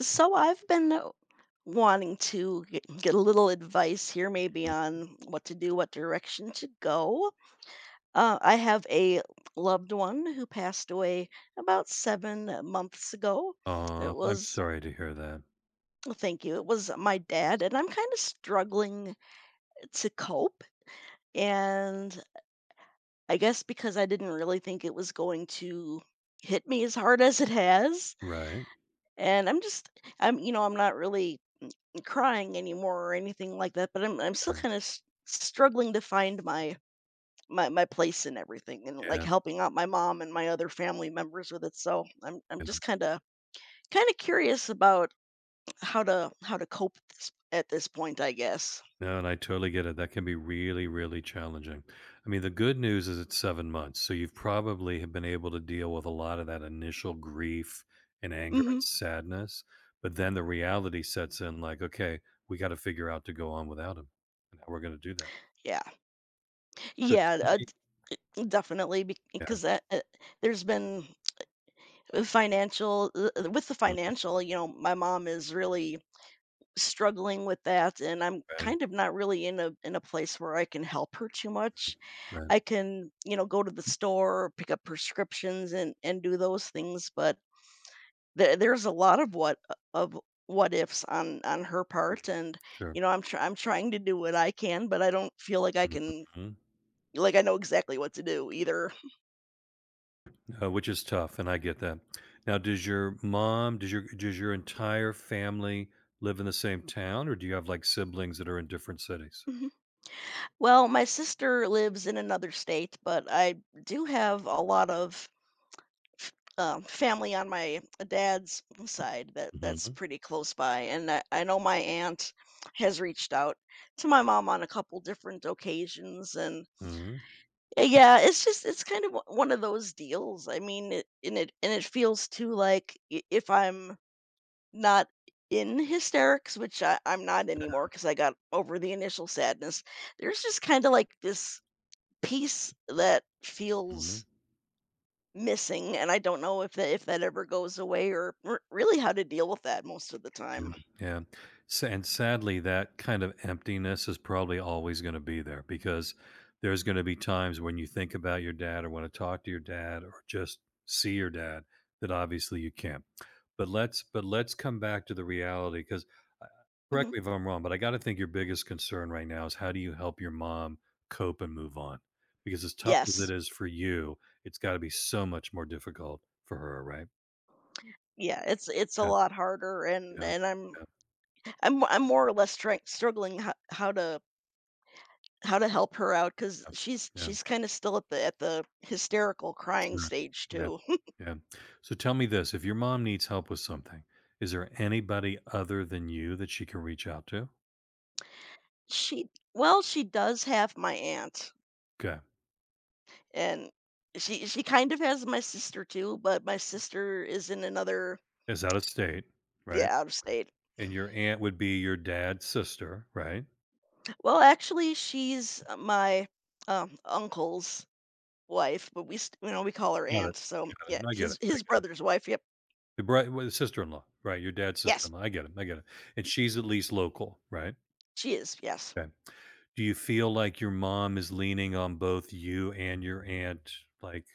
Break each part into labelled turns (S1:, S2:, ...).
S1: So I've been wanting to get a little advice here, maybe
S2: Oh,
S1: on what to do, what direction to go. I have a loved one who passed away about seven months ago. It
S2: I'm
S1: was,
S2: sorry to hear that.
S1: well, thank you, it was my dad, and I'm kind of struggling to cope. And I guess because I didn't really think it was going to hit me as hard as it has.
S2: Right.
S1: And I'm, you know, I'm not really crying anymore or anything like that, but I'm still
S2: Um,
S1: kind of struggling to find my my place in everything and like
S2: yeah,
S1: helping out my mom and my other family members with it. So I'm
S2: yeah.
S1: just kind of curious about how to cope with this, at this point, I guess.
S2: No, and I totally get it. That can be really, really challenging. I mean, the good news is it's 7 months, so you've probably have been able to deal with a lot of that initial grief and anger
S1: Hmm
S2: and sadness, but then the reality sets in like, "Okay, we gotta figure out to go on without him, and how we're gonna do that."
S1: Yeah,
S2: So
S1: yeah,
S2: tell
S1: uh,
S2: me.
S1: definitely
S2: Yeah.
S1: because there's been financial with the
S2: Okay.
S1: financial. You know, my mom is really struggling with that and I'm
S2: Right.
S1: kind of not really in a place where I can help her too much.
S2: right,
S1: I can, you know, go to the store, pick up prescriptions and do those things, but there's a lot of of what ifs on her part and
S2: sure.
S1: you know, I'm trying to do what I can, but I don't feel like I can
S2: Mhm.
S1: like I know exactly what to do either.
S2: Which is tough, and I get that. Now, does your mom, does your entire family live in the same town, or do you have like siblings that are in different cities?
S1: Well, my sister lives in another state, but I do have a lot of family on my dad's side that that's
S2: Hmm.
S1: pretty close by, and I know my aunt has reached out to my mom on a couple different occasions, and
S2: Hmm.
S1: yeah, it's just it's kind of one of those deals. I mean, it feels too like if I'm not in hysterics, which I'm not anymore because I got over the initial sadness. There's just kind of like this piece that
S2: Hmm.
S1: feels missing, and I don't know if that ever goes away or r really how to deal with that most of the
S2: Yeah.
S1: time.
S2: Yeah. Sa and sadly, that kind of emptiness is probably always gonna be there because there's gonna be times when you think about your dad or wanna talk to your dad or just see your dad that obviously you can't. But let's come back to the reality because
S1: Mhm.
S2: correct me if I'm wrong, but I gotta think your biggest concern right now is how do you help your mom cope and move on? Because as tough as it
S1: Yes.
S2: is for you, it's gotta be so much more difficult for her, right?
S1: Yeah, it's a
S2: 'Kay.
S1: lot harder
S2: Yeah.
S1: and I'm
S2: Yeah.
S1: I'm I'm more or less struggling how to help her out because
S2: Yeah. Yeah.
S1: she's kinda still at the hysterical crying
S2: Sure.
S1: stage
S2: Yeah.
S1: too.
S2: Yeah. So tell me this, if your mom needs help with something, is there anybody other than you that she can reach out to?
S1: She Well, she does have my aunt,
S2: Okay.
S1: and she kind of has my sister too, but my sister is in another—
S2: Is out of state, right?
S1: yeah, out of state.
S2: And your aunt would be your dad's sister, right?
S1: Well, actually, she's my uncle's wife, but you know, we call her
S2: Got it.
S1: aunt. So
S2: Got it.
S1: yeah,
S2: No, I get it. I
S1: his
S2: get it.
S1: brother's wife. Yep.
S2: The well, the sister-in-law, right? Your dad's
S1: Yes,
S2: sister-in-law. I get it. I get it. And she's at least local, right?
S1: she is. Yes.
S2: Okay. Do you feel like your mom is leaning on both you and your aunt, like,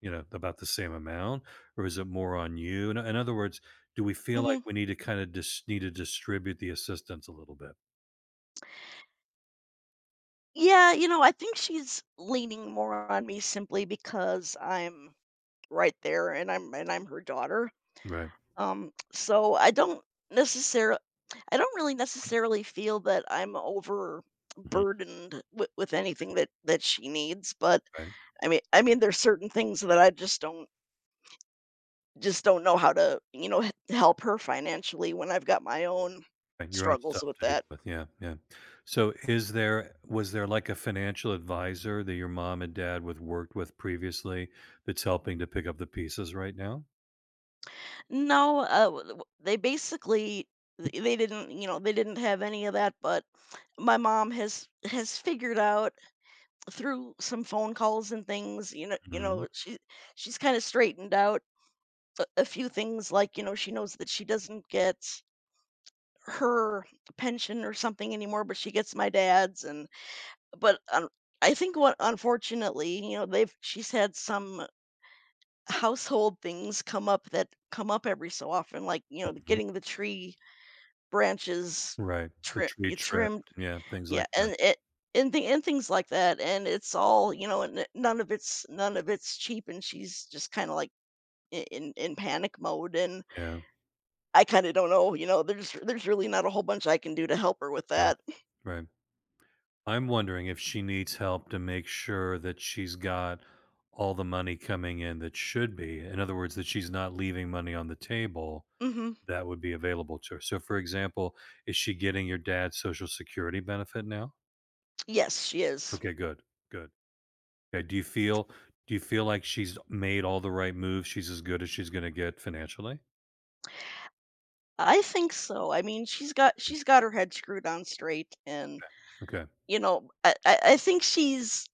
S2: you know, about the same amount, or is it more on you? In other words, do we feel like
S1: hmm
S2: we need to distribute the assistance a little bit?
S1: Yeah, you know, I think she's leaning more on me simply because I'm right there, and I'm her daughter.
S2: Right.
S1: So I don't necessarily, I don't really necessarily feel that I'm
S2: Mhm.
S1: overburdened with anything that that she needs, but
S2: Right.
S1: I mean there's certain things that I just don't— just don't know how to, you know, h help her financially when I've got my own
S2: Right. Your own
S1: struggles
S2: stuff
S1: with
S2: to deal
S1: that.
S2: with. Yeah. Yeah. So, is there, was there like a financial advisor that your mom and dad would worked with previously that's helping to pick up the pieces right now?
S1: No, w w they basically they didn't, you know, they didn't have any of that, but my mom has figured out through some phone calls and things, you
S2: Mhm.
S1: know, she's kinda straightened out a few things, like, you know, she knows that she doesn't get her pension or something anymore, but she gets my dad's. And But, um, I think what, unfortunately, you know, they've she's had some household things come up that come up every so often, like, you know,
S2: Mhm.
S1: getting the tree branches
S2: Right. The tree trimmed.
S1: trimmed—
S2: Yeah. Things
S1: yeah,
S2: like that.
S1: and it— and things like that, and it's all, you know, and none of it's cheap, and she's just kinda, like, I in panic mode, and
S2: Yeah.
S1: I kinda don't know, you know, there's really not a whole bunch I can do to help her with
S2: Right.
S1: that.
S2: Right. I'm wondering if she needs help to make sure that she's got all the money coming in that should be. In other words, that she's not leaving money on the table
S1: Mhm.
S2: that would be available to her. So, for example, is she getting your dad's social security benefit now?
S1: Yes, she is.
S2: Okay, good, good. Okay, do you feel like she's made all the right moves? She's as good as she's going to get financially.
S1: I think so. I mean, she's got her head screwed on straight, and
S2: Okay.
S1: you know, I think she's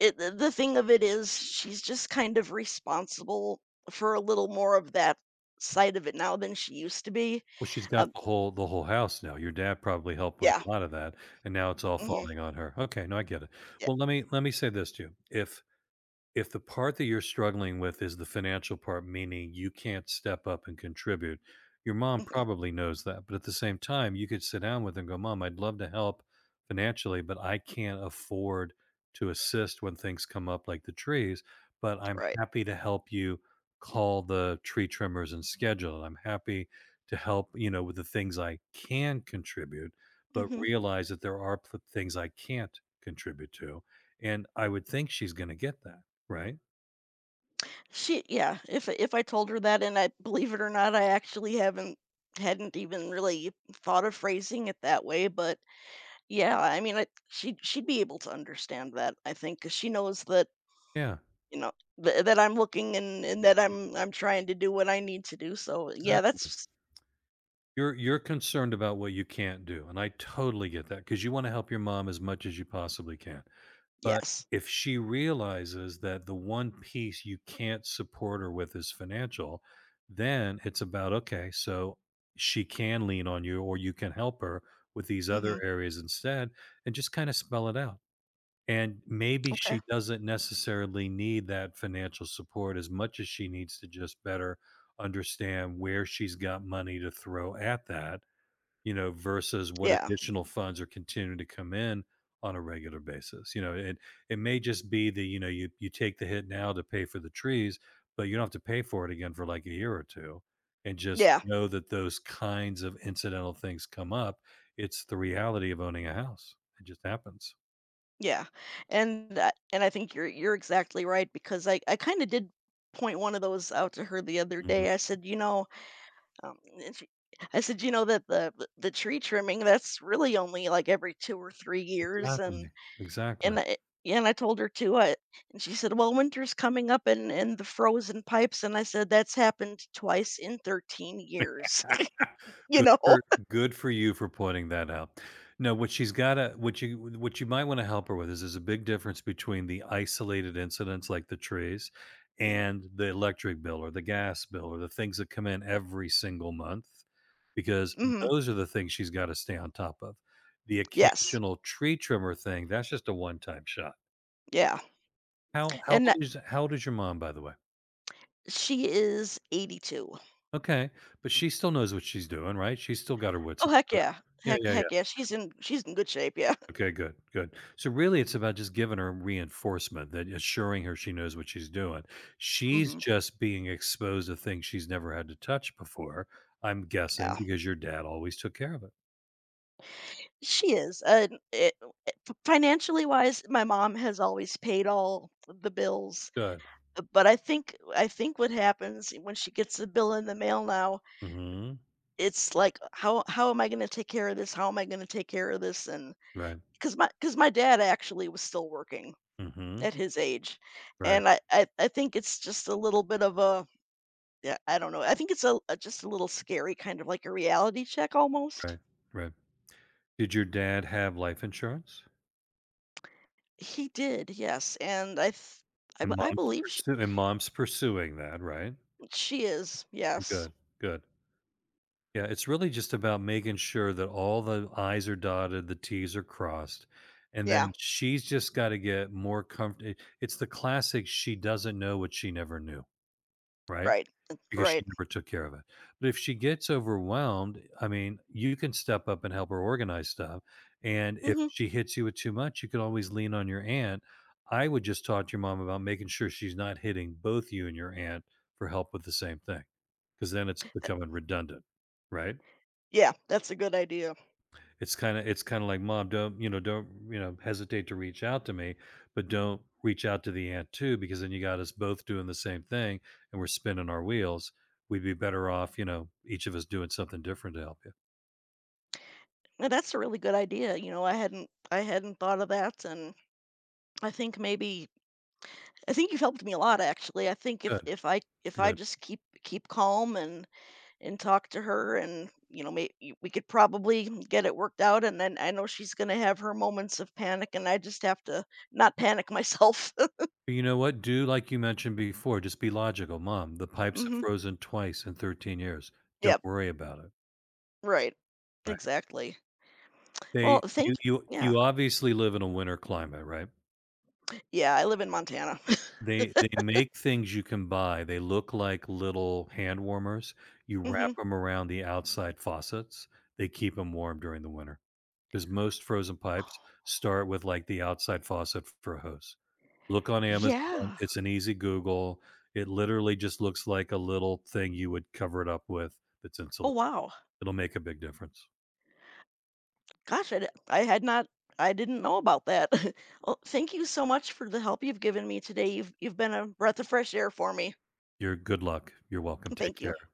S1: it, the thing of it is she's just kind of responsible for a little more of that side of it now than she used to be.
S2: Well, she's got
S1: Um,
S2: the whole house now. Your dad probably helped with
S1: yeah.
S2: a lot of that, and now it's all
S1: hmm
S2: falling on her. Okay, no, I get it.
S1: yeah.
S2: Well, let me say this to you. If the part that you're struggling with is the financial part, meaning you can't step up and contribute, your mom
S1: hmm
S2: probably knows that. But at the same time, you could sit down with her and go, "Mom, I'd love to help financially, but I can't afford to assist when things come up like the trees. But I'm
S1: right.
S2: happy to help you call the tree trimmers and schedule it. I'm happy to help, you know, with the things I can contribute, but
S1: hmm
S2: realize that there are things I can't contribute to." And I would think she's going to get that. Right?
S1: She— yeah. If I told her that, and, I believe it or not, I actually haven't hadn't even really thought of phrasing it that way, but yeah, she she'd be able to understand that I think because she knows that,
S2: Yeah.
S1: you know, th that I'm looking and that I'm trying to do what I need to do, so yeah,
S2: Exactly.
S1: that's—
S2: You're concerned about what you can't do, and I totally get that because you wanna help your mom as much as you possibly can. But
S1: yes.
S2: if she realizes that the one piece you can't support her with is financial, then it's about, okay, so she can lean on you or you can help her with these other
S1: Mhm,
S2: areas instead, and just kinda spell it out. And maybe
S1: okay.
S2: she doesn't necessarily need that financial support as much as she needs to just better understand where she's got money to throw at that, you know, versus what
S1: Yeah,
S2: additional funds are continuing to come in on a regular basis. You know, it may just be that, you know, you take the hit now to pay for the trees, but you don't have to pay for it again for like a year or two. And just
S1: yeah,
S2: know that those kinds of incidental things come up. It's the reality of owning a house. It just happens.
S1: yeah, and I think you're exactly right because I kinda did point one of those out to her the other
S2: Mhm.
S1: day. I said, "You know," um, and she I said, "You know that the the tree trimming, that's really only, like, every 2 or 3 years." And—
S2: Exactly, exactly.
S1: and I— yeah, and I told her too, I— and she said, "Well, winter's coming up and the frozen pipes," and I said, "That's happened twice in 13 years." You
S2: Good
S1: know?
S2: for good for you for pointing that out. No, what she's gotta what you might wanna help her with is there's a big difference between the isolated incidents like the trees and the electric bill or the gas bill or the things that come in every single month, because
S1: Mhm.
S2: those are the things she's gotta stay on top of. The
S1: Yes.
S2: occasional tree trimmer thing, that's just a one-time shot.
S1: Yeah.
S2: How how
S1: And that—
S2: old is how old is your mom, by the way?
S1: she is 82.
S2: Okay, but she still knows what she's doing, right? She's still got her wits
S1: Oh,
S2: about
S1: heck
S2: her.
S1: yeah.
S2: Yeah, yeah,
S1: Heck yeah, she's in good shape, yeah.
S2: okay, good, good. So really it's about just giving her reinforcement that assuring her she knows what she's doing. She's
S1: Mhm.
S2: just being exposed to things she's never had to touch before, I'm guessing
S1: Yeah.
S2: because your dad always took care of it.
S1: She is, and it— it, f financially wise, my mom has always paid all the bills,
S2: Good.
S1: but I think what happens when she gets a bill in the mail now,
S2: Mhm.
S1: it's like, how am I gonna take care of this? How am I gonna take care of this? And
S2: Right.
S1: because my dad actually was still working
S2: Mhm.
S1: at his age,
S2: Right.
S1: and I think it's just a little bit of a— yeah, I don't know. I think it's a just a little scary, kind of like a reality check almost.
S2: Right. Right. Did your dad have life insurance?
S1: He did, yes, and I th I b
S2: And
S1: I believe she—
S2: and mom's pursuing that, right?
S1: she is, yes.
S2: Good. Good. Yeah, it's really just about making sure that all the I's are dotted, the T's are crossed. And then
S1: Yeah,
S2: she's just got to get more comfortable. It's the classic, she doesn't know what she never knew, right?
S1: right,
S2: Because she
S1: right.
S2: never took care of it. But if she gets overwhelmed, I mean, you can step up and help her organize stuff. And if
S1: Mhm.
S2: she hits you with too much, you can always lean on your aunt. I would just talk to your mom about making sure she's not hitting both you and your aunt for help with the same thing, because then it's becoming redundant, right?
S1: Yeah, that's a good idea.
S2: It's kinda like, "Mom, don't hesitate to reach out to me, but don't reach out to the aunt too, because then you got us both doing the same thing and we're spinning our wheels. We'd be better off, you know, each of us doing something different to help you."
S1: And that's a really good idea, you know, I hadn't thought of that, and I think maybe I think you've helped me a lot, actually. I think if
S2: Good,
S1: if I
S2: good.
S1: just keep calm and talk to her, and you know, maybe we could probably get it worked out, and then I know she's going to have her moments of panic, and I just have to not panic myself.
S2: You know what? Do like you mentioned before, just be logical, "Mom, the pipes have
S1: Mhm.
S2: frozen twice in 13 years. Don't
S1: Yep.
S2: worry about it."
S1: Right.
S2: Right?
S1: Exactly. Well,
S2: They
S1: thank—
S2: you you
S1: yeah.
S2: you obviously live in a winter climate, right?
S1: Yeah, I live in Montana.
S2: They make things you can buy, they look like little hand warmers, you wrap
S1: Mhm.
S2: them around the outside faucets, they keep them warm during the winter because most frozen pipes start with, like, the outside faucet for a hose. Look on Amazon,
S1: Yeah.
S2: it's an easy Google, it literally just looks like a little thing you would cover it up with that's
S1: Oh
S2: insulated.
S1: wow.
S2: It'll make a big difference.
S1: Gosh, I had not— I didn't know about that. Well, thank you so much for the help you've given me today. You've been a breath of fresh air for me.
S2: You're good luck, you're welcome, take
S1: Thank you.
S2: care.